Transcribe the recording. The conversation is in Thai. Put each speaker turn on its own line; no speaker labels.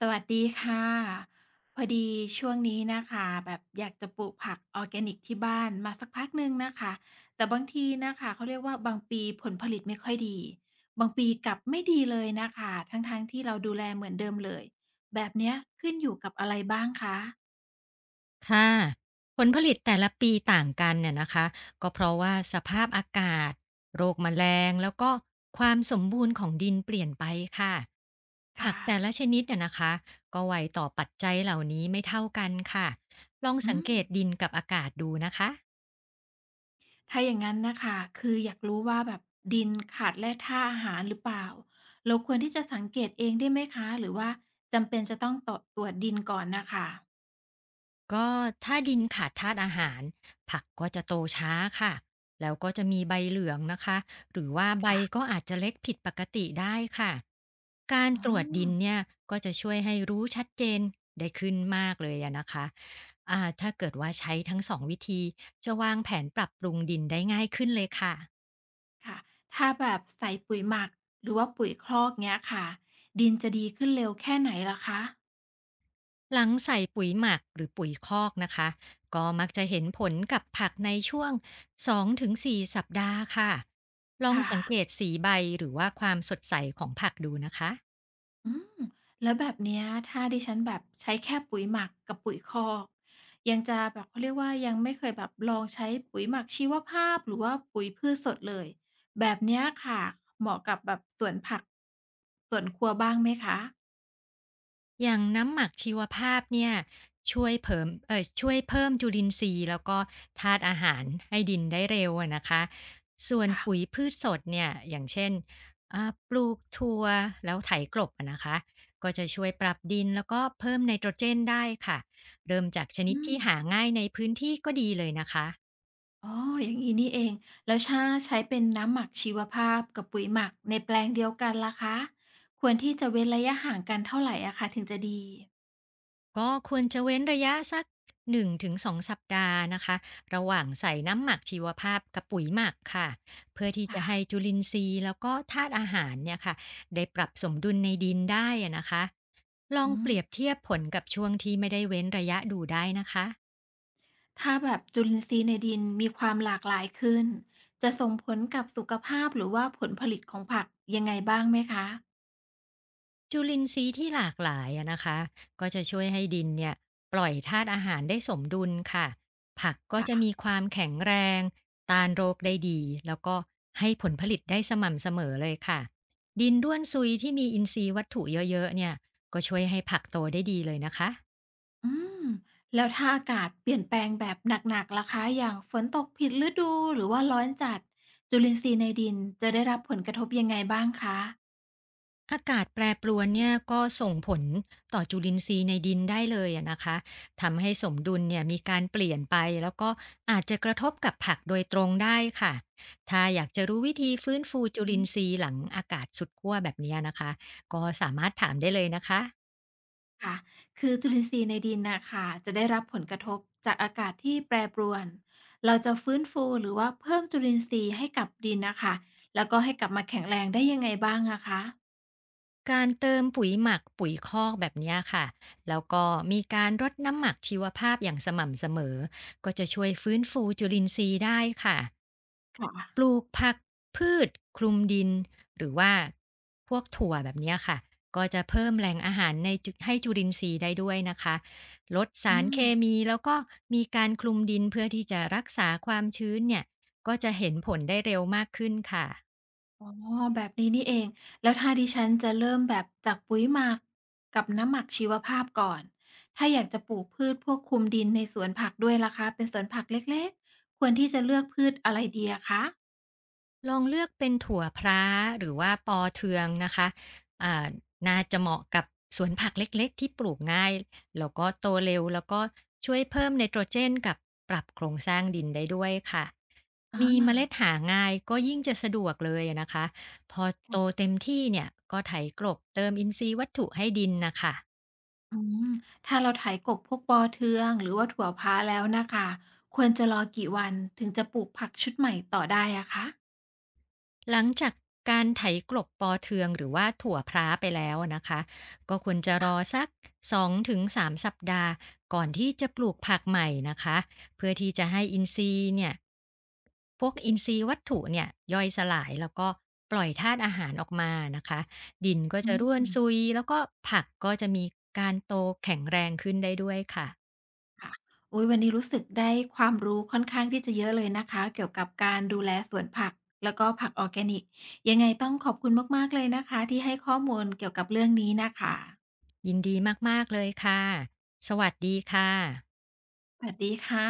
สวัสดีค่ะพอดีช่วงนี้นะคะแบบอยากจะปลูกผักออร์แกนิกที่บ้านมาสักพักหนึ่งนะคะแต่บางทีนะคะเขาเรียกว่าบางปีผลผลิตไม่ค่อยดีบางปีกลับไม่ดีเลยนะคะทั้งๆทที่เราดูแลเหมือนเดิมเลยแบบเนี้ยขึ้นอยู่กับอะไรบ้างคะ
ค่ะผลผลิตแต่ละปีต่างกันเนี่ยนะคะก็เพราะว่าสภาพอากาศโรคแมลงแล้วก็ความสมบูรณ์ของดินเปลี่ยนไปค่ะผั
ค่ะ
กแต่ละชนิดเนี่ยนะคะก็ไวต่อปัจจัยเหล่านี้ไม่เท่ากันค่ะลอง
อื
สัง
ม
เกตดินกับอากาศดูนะคะ
ถ้าอย่างนั้นนะคะคืออยากรู้ว่าแบบดินขาดแร่ธาตุอาหารหรือเปล่าเราควรที่จะสังเกตเองได้ไหมคะหรือว่าจำเป็นจะต้องตรวจดินก่อนนะคะ
ก็ถ้าดินขาดธาตุอาหารผักก็จะโตช้าค่ะแล้วก็จะมีใบเหลืองนะคะหรือว่าใบ
ค่ะ
ก็อาจจะเล็กผิดปกติได้ค่ะการ
อ๋
ตรวจดิน
อ
เนี่ยก็จะช่วยให้รู้ชัดเจนได้ขึ้นมากเลยอะนะคะถ้าเกิดว่าใช้ทั้งสองวิธีจะวางแผนปรับปรุงดินได้ง่ายขึ้นเลยค่ะ
ค่ะถ้าแบบใส่ปุ๋ยหมักหรือว่าปุ๋ยคลอกเงี้ยค่ะดินจะดีขึ้นเร็วแค่ไหนล่ะคะ
หลังใส่ปุ๋ยหมักหรือปุ๋ยคอกนะคะก็มักจะเห็นผลกับผักในช่วง2-4สสัปดาห์ค่ะลอง
ค่ะ
สังเกตสีใบหรือว่าความสดใสของผักดูนะคะ
อืมแล้วแบบเนี้ยถ้าดิฉันแบบใช้แค่ปุ๋ยหมักกับปุ๋ยคอกยังจะแบบเขาเรียกว่ายังไม่เคยแบบลองใช้ปุ๋ยหมักชีวภาพหรือว่าปุ๋ยพืชสดเลยแบบเนี้ยค่ะเหมาะกับแบบสวนผักสวนครัวบ้างไหมคะ
อย่างน้ำหมักชีวภาพเนี่ยช่วยเพิ่มจุลินทรีย์แล้วก็ธาตุอาหารให้ดินได้เร็วอะนะคะส่วน
ค่ะ
ปุ๋ยพืชสดเนี่ยอย่างเช่นปลูกถั่วแล้วไถกลบอะนะคะก็จะช่วยปรับดินแล้วก็เพิ่มไนโตรเจนได้ค่ะเริ่มจากชนิด
อื
ที่
ม
หาง่ายในพื้นที่ก็ดีเลยนะคะ
อ๋ออย่างนี้นี่เอง แล้วถ้าใช้เป็นน้ำหมักชีวภาพกับปุ๋ยหมักในแปลงเดียวกันล่ะคะควรที่จะเว้นระยะห่างกันเท่าไหร่อะคะถึงจะดี
ก็ควรจะเว้นระยะสัก1-2สองสัปดาห์นะคะระหว่างใส่น้ำหมักชีวภาพกับปุ๋ยหมักค่ะเพื่อที่จะให้
ค่ะ
จุลินทรีย์แล้วก็ธาตุอาหารเนี่ยค่ะได้ปรับสมดุลในดินได้อะนะคะลอง
อื
เปรียบ
ม
เทียบผลกับช่วงที่ไม่ได้เว้นระยะดูได้นะคะ
ถ้าแบบจุลินทรีย์ในดินมีความหลากหลายขึ้น จะส่งผลกับสุขภาพหรือว่าผลผลิตของผักยังไงบ้างไหมคะ
จุลินทรีย์ที่หลากหลายอะนะคะก็จะช่วยให้ดินเนี่ยปล่อยธาตุอาหารได้สมดุลค่ะผักก็
ค่ะ
จะมีความแข็งแรงต้านโรคได้ดีแล้วก็ให้ผลผลิตได้สม่ำเสมอเลยค่ะดินด้วนซุยที่มีอินทรีย์วัตถุเยอะๆเนี่ยก็ช่วยให้ผักโตได้ดีเลยนะคะ
อืมแล้วถ้าอากาศเปลี่ยนแปลงแบบหนักๆล่ะคะอย่างฝนตกผิดฤดูหรือว่าร้อนจัดจุลินทรีย์ในดินจะได้รับผลกระทบยังไงบ้างคะ
อากาศแปรปรวนเนี่ยก็ส่งผลต่อจุลินทรีย์ในดินได้เลยอะนะคะทำให้สมดุลเนี่ยมีการเปลี่ยนไปแล้วก็อาจจะกระทบกับผักโดยตรงได้ค่ะถ้าอยากจะรู้วิธีฟื้นฟูจุลินทรีย์หลังอากาศสุดขั้วแบบเนี้ยนะคะก็สามารถถามได้เลยนะคะ
ค่ะคือจุลินทรีย์ในดินนะคะจะได้รับผลกระทบจากอากาศที่แปรปรวน เราจะฟื้นฟูหรือว่าเพิ่มจุลินทรีย์ให้กับดินนะคะแล้วก็ให้กลับมาแข็งแรงได้ยังไงบ้างอะคะ
การเติมปุ๋ยหมักปุ๋ยคอกแบบเนี้ยค่ะแล้วก็มีการรดน้ำหมักชีวภาพอย่างสม่ำเสมอก็จะช่วยฟื้นฟูจุลินทรีย์ได้ค่ะ ป
ค่ะ
ลูกผักพืชคลุมดินหรือว่าพวกถั่วแบบเนี้ยค่ะก็จะเพิ่มแหล่งอาหารในจุให้จุลินทรีย์ได้ด้วยนะคะลด
อื
สารเค
ม
มีแล้วก็มีการคลุมดินเพื่อที่จะรักษาความชื้นเนี่ยก็จะเห็นผลได้เร็วมากขึ้นค่ะ
อ๋อแบบนี้นี่เองแล้วถ้าดิฉันจะเริ่มแบบจากปุ๋ยหมักกับน้ำหมักชีวภาพก่อนถ้าอยากจะปลูกพืชพวกคุมดินในสวนผักด้วยล่ะคะเป็นสวนผักเล็กๆควรที่จะเลือกพืชอะไรดีอะคะ
ลองเลือกเป็นถั่วพร้าหรือว่าปอเทืองนะคะอ่าน่าจะเหมาะกับสวนผักเล็กๆที่ปลูกง่าย แล้วก็โตเร็วแล้วก็ช่วยเพิ่มไนโตรเจนกับปรับโครงสร้างดินได้ด้วยค่ะ
อา
มีเมล็ดหาง่ายก็ยิ่งจะสะดวกเลยนะคะ พอโตเต็มที่เนี่ยก็ไถกลบเติมอินทรีย์วัตถุให้ดินนะคะ
อืมถ้าเราไถกบพวกปอเทืองหรือว่าถั่วพะแล้วนะคะควรจะรอกี่วันถึงจะปลูกผักชุดใหม่ต่อได้อะคะ
หลังจากการไถกลบปอเทืองหรือว่าถั่วพร้าไปแล้วนะคะก็ควรจะร
ค่ะ
อสัก2-3สามสัปดาห์ก่อนที่จะปลูกผักใหม่นะคะเพื่อที่จะให้อินทรีย์เนี่ยพวกอินทรีย์วัตถุเนี่ยย่อยสลายแล้วก็ปล่อยธาตุอาหารออกมานะคะดินก็
อื
จะร่วน
ม
ซุยแล้วก็ผักก็จะมีการโตแข็งแรงขึ้นได้ด้วยค่ะ
ค่ะโอุ๊ยวันนี้รู้สึกได้ความรู้ค่อนข้างที่จะเยอะเลยนะคะเกี่ยวกับการดูแลสวนผักแล้วก็ผักออร์แกนิกยังไงต้องขอบคุณมากๆเลยนะคะที่ให้ข้อมูลเกี่ยวกับเรื่องนี้นะคะ
ยินดีมากๆเลยค่ะสวัสดีค่ะ
สวัสดีค่ะ